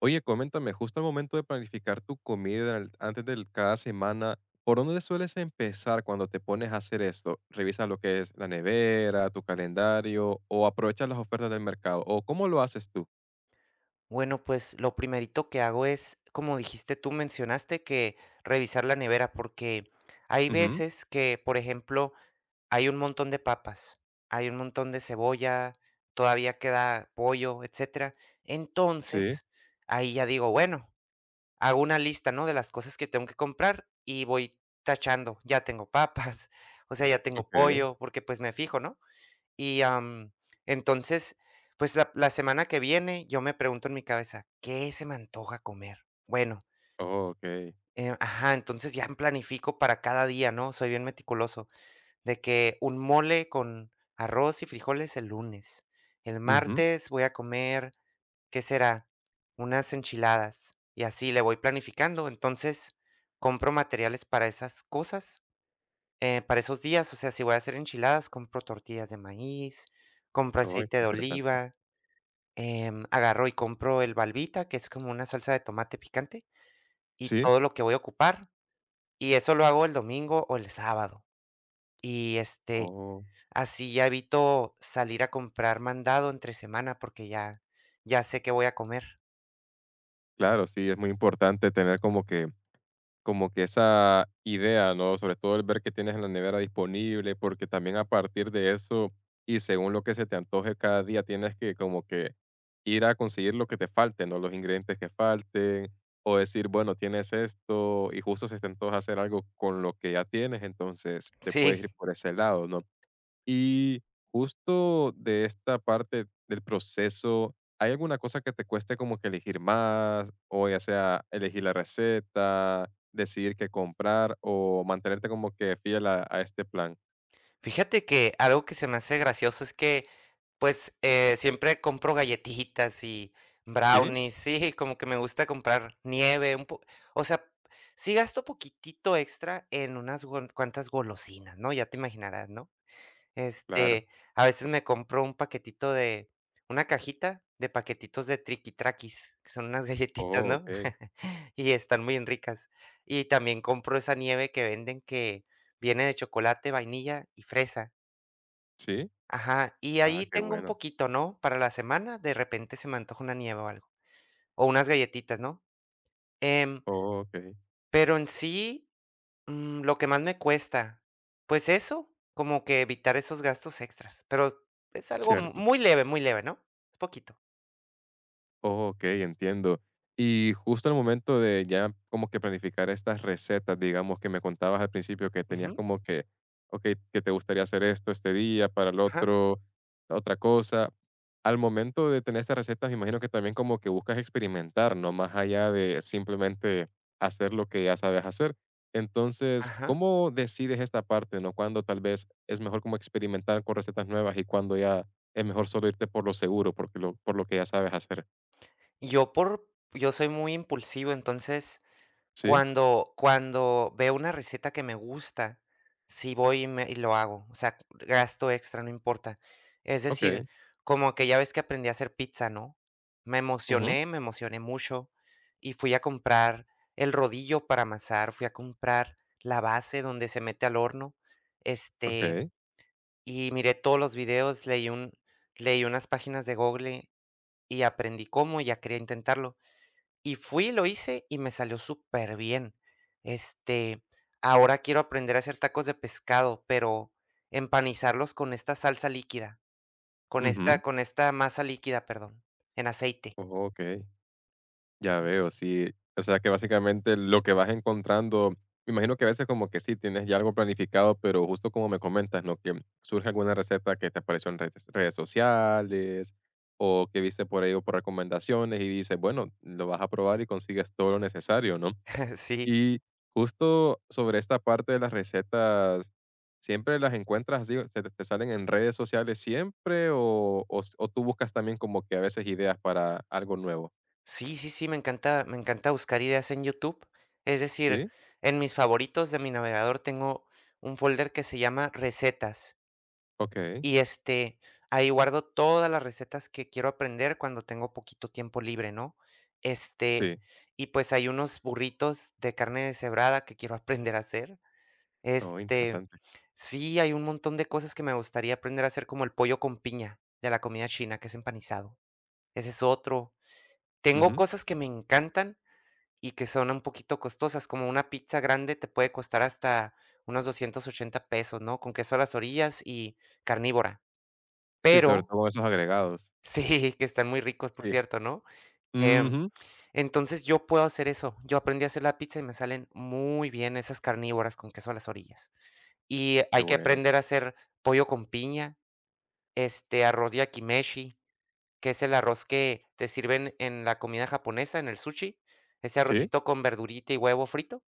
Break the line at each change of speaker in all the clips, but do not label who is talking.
Oye, coméntame, justo al momento de planificar tu comida antes de cada semana, ¿por dónde sueles empezar cuando te pones a hacer esto? ¿Revisas lo que es la nevera, tu calendario o aprovechas las ofertas del mercado? ¿O cómo lo haces tú?
Bueno, pues lo primerito que hago es, como dijiste tú, mencionaste que revisar la nevera, porque hay
Ujú.
veces que, por ejemplo, hay un montón de papas, hay un montón de cebolla, todavía queda pollo, etcétera.
Sí.
Entonces, ahí ya digo, bueno, hago una lista, ¿no? De las cosas que tengo que comprar y voy tachando, ya tengo papas, o sea, ya tengo
Ok.
pollo, porque pues me fijo, ¿no? Y, entonces, pues, la semana que viene, yo me pregunto en mi cabeza: "¿Qué se me antoja comer?". Bueno,
Oh, ok.
ajá, entonces ya planifico para cada día, ¿no? Soy bien meticuloso, de que un mole con arroz y frijoles el lunes. El
Ujú.
martes voy a comer, ¿qué será? Unas enchiladas, y así le voy planificando. Entonces, compro materiales para esas cosas, para esos días, o sea, si voy a hacer enchiladas, compro tortillas de maíz, compro
Oh,
aceite de
interesante.
oliva, agarro y compro el Balbita, que es como una salsa de tomate picante, y
Sí.
todo lo que voy a ocupar, y eso lo hago el domingo o el sábado. Y este,
Oh,
así ya evito salir a comprar mandado entre semana porque ya, ya sé qué voy a comer.
claro, sí, es muy importante tener como que esa idea, ¿no? Sobre todo el ver que tienes en la nevera disponible, porque también a partir de eso y según lo que se te antoje cada día, tienes que como que ir a conseguir lo que te falte, ¿no? Los ingredientes que falten, o decir, bueno, tienes esto y justo se te antoja hacer algo con lo que ya tienes, entonces te puedes ir
Sí,
por ese lado, ¿no? Y justo de esta parte del proceso, ¿hay alguna cosa que te cueste como que elegir más? O ya sea elegir la receta, decidir qué comprar o mantenerte como que fiel a este plan.
fíjate que algo que se me hace gracioso es que pues, siempre compro galletitas y
¿Sí?
brownies, sí, como que me gusta comprar nieve, un po o sea, sí gasto poquitito extra en unas gon cuantas golosinas, ¿no? Ya te imaginarás, ¿no?
Claro.
Este, a veces me compro un paquetito de una cajita de paquetitos de Triquitraquis, que son unas galletitas,
Oh,
¿no?
ok.
Y están muy ricas. Y también compro esa nieve que venden que viene de chocolate, vainilla y fresa.
¿Sí?
Ajá, y
Ah,
ahí
qué
tengo un
bueno.
poquito, ¿no? Para la semana, de repente se me antoja una nieve o algo, o unas galletitas, ¿no? Em,
Oh, ok.
pero en sí, lo que más me cuesta, pues eso, como que evitar esos gastos extras, pero es algo
Cierto.
muy leve, ¿no? Poquito.
Oh, ok, entiendo. Y justo al momento de ya como que planificar estas recetas, digamos, que me contabas al principio que tenías
Ujú,
como que, ok, que te gustaría hacer esto este día, para el
Ajá,
otro, otra cosa. Al momento de tener estas recetas, me imagino que también como que buscas experimentar, ¿no? Más allá de simplemente hacer lo que ya sabes hacer. Entonces,
ajá.
¿cómo decides esta parte, ¿no? Cuando tal vez es mejor como experimentar con recetas nuevas y cuando ya es mejor solo irte por lo seguro, porque lo, por lo que ya sabes hacer.
Yo soy muy impulsivo, entonces
Sí,
cuando veo una receta que me gusta, sí voy y lo hago, o sea, gasto extra, no importa. Es
okey.
decir, como que ya ves que aprendí a hacer pizza, ¿no?
Ujú,
Me emocioné mucho, y fui a comprar el rodillo para amasar, fui a comprar la base donde se mete al horno, este,
okey.
y miré todos los videos, leí unas páginas de Google y aprendí cómo, y ya quería intentarlo. Y fui, lo hice y me salió súper bien. Este, ahora quiero aprender a hacer tacos de pescado, pero empanizarlos con esta salsa líquida,
Ujú.
con esta masa líquida, perdón, en aceite.
Okey, ya veo, sí. O sea, que básicamente lo que vas encontrando me imagino que a veces como que sí tienes ya algo planificado, pero justo como me comentas, ¿no? Que surge alguna receta que te apareció en redes sociales o que viste por ahí o por recomendaciones y dices, bueno, lo vas a probar y consigues todo lo necesario, ¿no?
Sí,
Y justo sobre esta parte de las recetas, ¿siempre las encuentras así? ¿Se te salen en redes sociales siempre o s o tú buscas también como que a veces ideas para algo nuevo?
sí, sí, sí, me encanta buscar ideas en YouTube. Es decir,
¿Sí?
en mis favoritos de mi navegador tengo un folder que se llama recetas.
Okey,
Y, este, ahí guardo todas las recetas que quiero aprender cuando tengo poquito tiempo libre, ¿no? Este,
sí.
y, pues, hay unos burritos de carne deshebrada que quiero aprender a hacer.
Oh,
Este,
interesante.
sí, hay un montón de cosas que me gustaría aprender a hacer, como el pollo con piña de la comida china, que es empanizado. Ese es otro. Tengo
Ujú.
cosas que me encantan y que son un poquito costosas, como una pizza grande te puede costar hasta unos 280 pesos, ¿no? Con queso a las orillas y carnívora.
Sí, sobre
Pero
todo con esos agregados.
sí, que están muy ricos, por
Sí.
cierto, ¿no? Em,
Ujú.
entonces, yo puedo hacer eso. Yo aprendí a hacer la pizza y me salen muy bien esas carnívoras con queso a las orillas. Y
Qué
hay que
bueno.
aprender a hacer pollo con piña, este, arroz yakimeshi, que es el arroz que te sirven en la comida japonesa, en el sushi, ese
¿Sí?
arrocito con verdurita y huevo frito.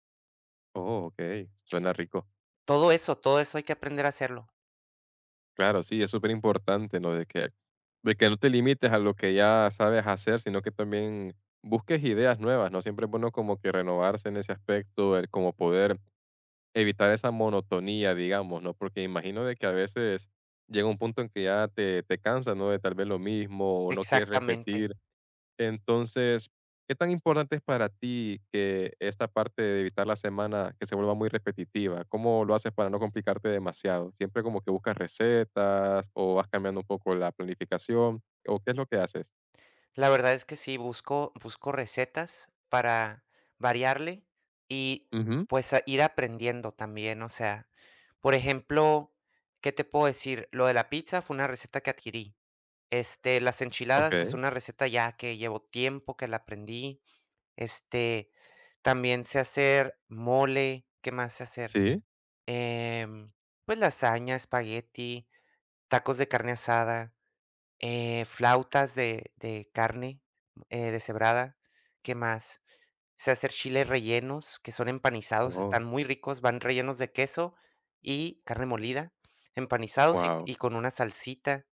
Oh, okey, suena rico.
Todo eso hay que aprender a hacerlo.
Claro, sí, es súper importante, ¿no? De que no te limites a lo que ya sabes hacer, sino que también busques ideas nuevas, ¿no? Siempre es bueno como que renovarse en ese aspecto, el como poder evitar esa monotonía, digamos, ¿no? Porque imagino de que a veces llega un punto en que ya te cansas, ¿no? De tal vez lo mismo o no quieres
Exactamente.
repetir. Entonces, ¿qué tan importante es para ti que esta parte de evitar la semana que se vuelva muy repetitiva? ¿Cómo lo haces para no complicarte demasiado? ¿Siempre como que buscas recetas o vas cambiando un poco la planificación? ¿O qué es lo que haces?
La verdad es que sí, busco recetas para variarle y,
Ujú.
pues, a ir aprendiendo también, o sea, por ejemplo, ¿qué te puedo decir? Lo de la pizza fue una receta que adquirí, este, las enchiladas es
Okey,
una receta ya que llevo tiempo que la aprendí, este, también sé hacer mole, ¿qué más sé hacer?
sí.
Em, pues, lasaña, espagueti, tacos de carne asada. Flautas de carne, deshebrada, ¿qué más? Sé hacer chiles rellenos, que son empanizados,
Oh,
están muy ricos, van rellenos de queso y carne molida, empanizados y
wow.
y con una salsita.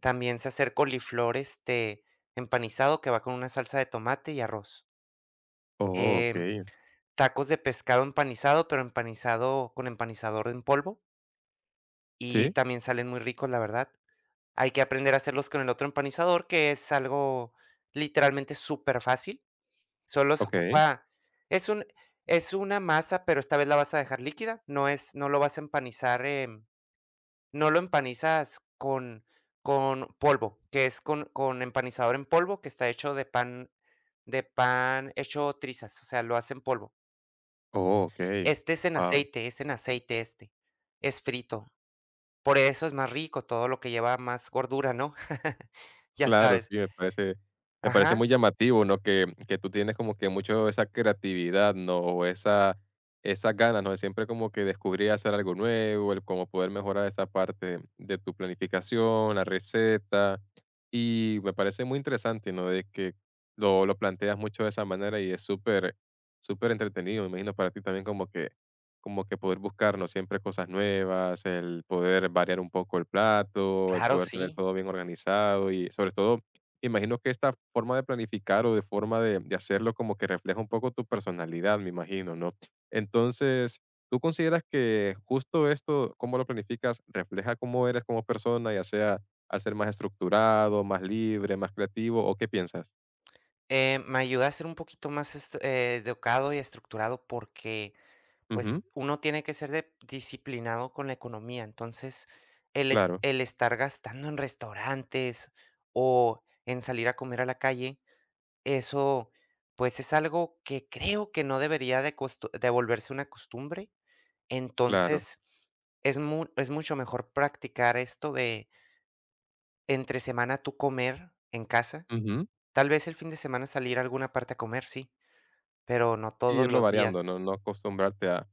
También sé hacer coliflor, este, empanizado, que va con una salsa de tomate y arroz.
Oh,
Em,
okey.
tacos de pescado empanizado, pero empanizado con empanizador en polvo, y
Sí,
también salen muy ricos, la verdad. Hay que aprender a hacerlos con el otro empanizador, que es algo literalmente súper fácil. Solo se
okey.
ocupa, es un es una masa, pero esta vez la vas a dejar líquida, no lo vas a empanizar, no lo empanizas con polvo, que es con empanizador en polvo, que está hecho de pan hecho trizas, o sea, lo hacen polvo.
Oh, okey.
Este es en
Wow.
aceite, es en aceite, este, es frito. Por eso es más rico, todo lo que lleva más gordura, ¿no? Ya
Claro,
sabes.
sí, me parece
Ajá,
muy llamativo, ¿no? Que tú tienes como que mucho esa creatividad, ¿no? O esa esas ganas, ¿no? De siempre como que descubrir hacer algo nuevo, el cómo poder mejorar esa parte de tu planificación, la receta. Y me parece muy interesante, ¿no? De que lo planteas mucho de esa manera y es súper, súper entretenido. Me imagino para ti también como que poder buscarnos siempre cosas nuevas, el poder variar un poco el plato, el
claro,
poder tener
sí.
todo bien organizado y sobre todo, imagino que esta forma de planificar o de forma de hacerlo como que refleja un poco tu personalidad, me imagino, ¿no? Entonces, ¿tú consideras que justo esto, cómo lo planificas, refleja cómo eres como persona, ya sea al ser más estructurado, más libre, más creativo, o qué piensas?
Me ayuda a ser un poquito más est educado y estructurado porque, pues,
Ujú.
uno tiene que ser de disciplinado con la economía. Entonces, el es
Claro,
el estar gastando en restaurantes o en salir a comer a la calle, eso, pues, es algo que creo que no debería de costu de volverse una costumbre.
claro.
Entonces, es mucho mejor practicar esto de entre semana tú comer en casa.
Ujú.
Tal vez el fin de semana salir a alguna parte a comer, sí, pero no
Y
todos
irlo
los días.
variando, ¿no? No acostumbrarte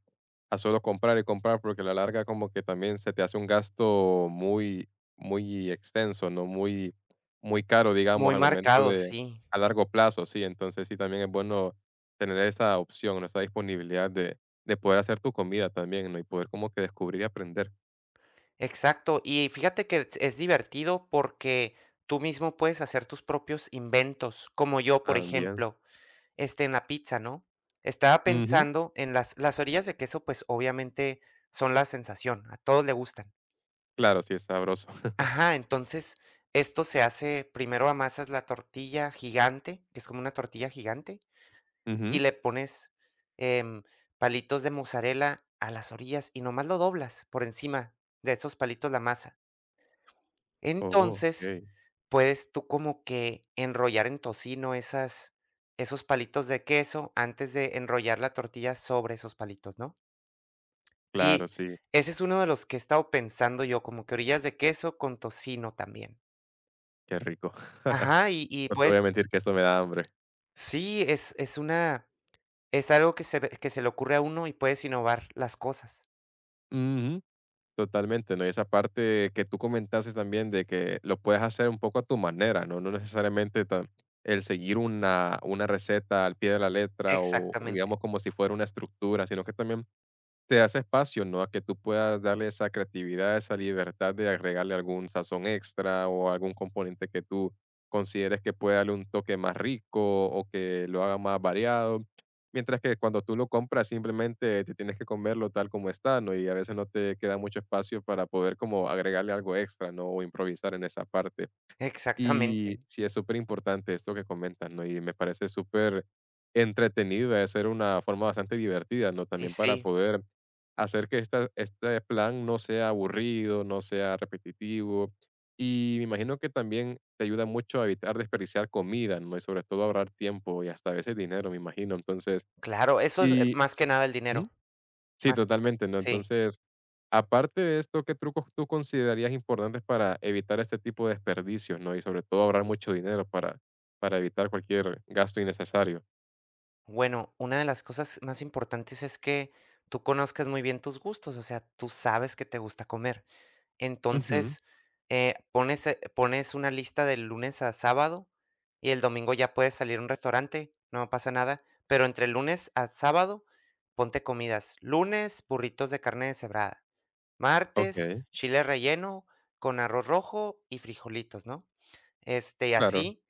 a solo comprar y comprar, porque a la larga como que también se te hace un gasto muy, muy extenso, ¿no? Muy, muy caro, digamos,
Muy
al momento
marcado,
de,
sí.
a largo plazo, sí. Entonces sí, también es bueno tener esa opción, ¿no? Esa disponibilidad de poder hacer tu comida también, ¿no? Y poder como que descubrir y aprender
Exacto, y fíjate que es divertido porque tú mismo puedes hacer tus propios inventos, como yo, por
también.
ejemplo, este, en la pizza, ¿no? Estaba
Ujú.
pensando en las orillas de queso, pues, obviamente son la sensación, a todos le gustan.
Claro, sí, es sabroso.
Ajá, entonces, esto se hace, primero amasas la tortilla gigante, que es como una tortilla gigante y
Ujú.
le pones, em, palitos de mozzarella a las orillas y nomás lo doblas por encima de esos palitos la masa.
Oh,
Entonces,
ok.
puedes tú como que enrollar en tocino esas esos palitos de queso antes de enrollar la tortilla sobre esos palitos, ¿no?
Claro,
Y
sí,
ese es uno de los que he estado pensando yo, como que orillas de queso con tocino también.
qué rico.
Ajá, y
No te
pues
voy a mentir que esto me da hambre.
sí, es algo que se ve que se le ocurre a uno y puedes innovar las cosas.
Ujú. Totalmente, ¿no? Y esa parte que tú comentaste también de que lo puedes hacer un poco a tu manera, ¿no? No necesariamente el seguir una receta al pie de la letra o
Exactamente.
digamos como si fuera una estructura, sino que también te hace espacio, ¿no? A que tú puedas darle esa creatividad, esa libertad de agregarle algún sazón extra o algún componente que tú consideres que puede darle un toque más rico o que lo haga más variado. Mientras que cuando tú lo compras simplemente te tienes que comerlo tal como está, ¿no? Y a veces no te queda mucho espacio para poder como agregarle algo extra, ¿no? O improvisar en esa parte. Y
Exactamente.
sí es súper importante esto que comentas, ¿no? Y me parece súper entretenido, debe ser una forma bastante divertida, ¿no?
Y
También para
sí,
poder hacer que este plan no sea aburrido, no sea repetitivo. Y me imagino que también te ayuda mucho a evitar desperdiciar comida, ¿no? Y sobre todo ahorrar tiempo y hasta a veces dinero, me imagino. Entonces,
claro, eso es,
sí,
más
sí,
que nada el
ujú,
dinero,
sí,
más
totalmente, ¿no?
sí.
Entonces, aparte de esto, ¿qué trucos tú considerarías importantes para evitar este tipo de desperdicios, ¿no? Y sobre todo ahorrar mucho dinero para evitar cualquier gasto innecesario.
Bueno, una de las cosas más importantes es que tú conozcas muy bien tus gustos, o sea, tú sabes que te gusta comer.
Ujú.
Entonces, pones, pones una lista del lunes a sábado y el domingo ya puedes salir a un restaurante, no pasa nada, pero entre el lunes a sábado ponte comidas. Lunes, burritos de carne deshebrada.
Ok,
Martes, chile relleno con arroz rojo y frijolitos, ¿no? Este, y
claro,
así,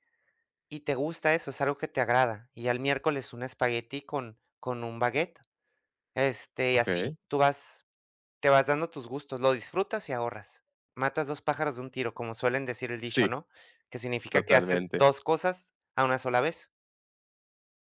y te gusta eso, es algo que te agrada. Y al miércoles un espagueti con un baguette, este, y
ok.
así, tú vas te vas dando tus gustos, lo disfrutas y ahorras. Matas 2 pájaros de un tiro, como suelen decir el dicho,
Sí,
¿no? Que significa que haces
totalmente.
dos cosas a una sola vez.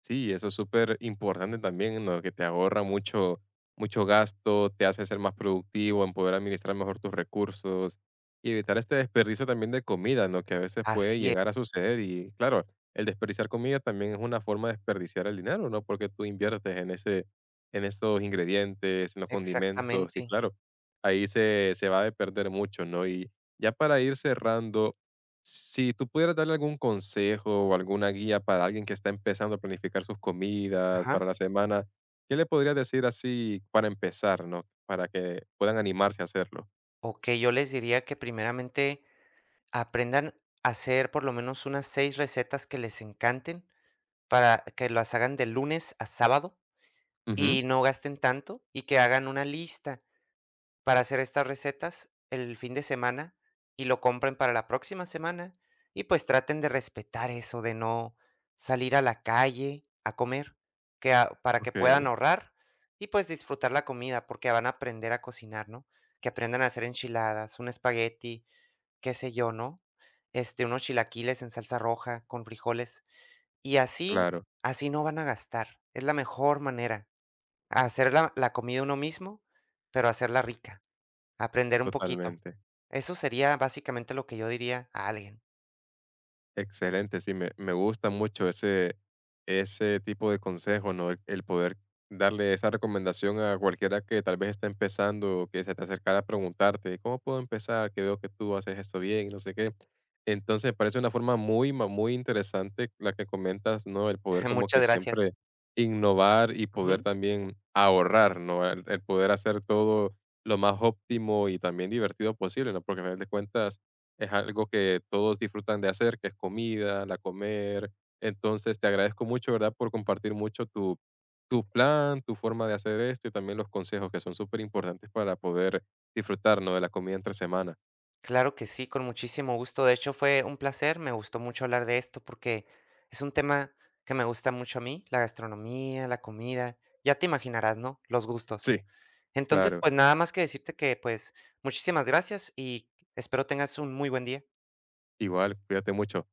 Sí, eso es súper importante también, ¿no? Que te ahorra mucho, mucho gasto, te hace ser más productivo, en poder administrar mejor tus recursos y evitar este desperdicio también de comida, ¿no? Que a veces puede
Así es,
llegar a suceder y claro, el desperdiciar comida también es una forma de desperdiciar el dinero, ¿no? Porque tú inviertes en ese, en estos ingredientes, en los condimentos y
exactamente.
claro, ahí se va a perder mucho, ¿no? Y ya para ir cerrando, si tú pudieras darle algún consejo o alguna guía para alguien que está empezando a planificar sus comidas para
Ajá.
la semana, ¿qué le podrías decir así para empezar, no? Para que puedan animarse a hacerlo.
Okey, yo les diría que primeramente aprendan a hacer por lo menos unas 6 recetas que les encanten, para que las hagan de lunes a sábado,
Ujú.
y no gasten tanto, y que hagan una lista para hacer estas recetas el fin de semana y lo compren para la próxima semana. Y pues traten de respetar eso de no salir a la calle a comer, para que puedan
Okey,
ahorrar y pues disfrutar la comida, porque van a aprender a cocinar, ¿no? Que aprendan a hacer enchiladas, un espagueti, qué sé yo, ¿no? Este, unos chilaquiles en salsa roja con frijoles. Y así,
claro,
así no van a gastar. Es la mejor manera. Hacer la comida uno mismo, pero hacerla rica, aprender un poquito.
totalmente.
Eso sería básicamente lo que yo diría a alguien.
Excelente, sí, me gusta mucho ese tipo de consejo, ¿no? El poder darle esa recomendación a cualquiera que tal vez está empezando o que se te acercara a preguntarte, ¿cómo puedo empezar? Que veo que tú haces esto bien y no sé qué. Entonces, me parece una forma muy, muy interesante la que comentas, ¿no? El poder como que
Muchas gracias.
siempre innovar y poder
Ujú.
también ahorrar, ¿no? El poder hacer todo lo más óptimo y también divertido posible, ¿no? Porque al final de cuentas es algo que todos disfrutan de hacer, que es comida, la comer. Entonces, te agradezco mucho, ¿verdad? Por compartir mucho tu plan, tu forma de hacer esto y también los consejos que son súper importantes para poder disfrutarnos de la comida entre semana.
Claro que sí, con muchísimo gusto. De hecho, fue un placer, me gustó mucho hablar de esto porque es un tema que me gusta mucho a mí, la gastronomía, la comida, ya te imaginarás, ¿no? Los gustos.
Sí.
Entonces,
Claro,
pues nada más que decirte que, pues, muchísimas gracias y espero tengas un muy buen día.
igual, cuídate mucho.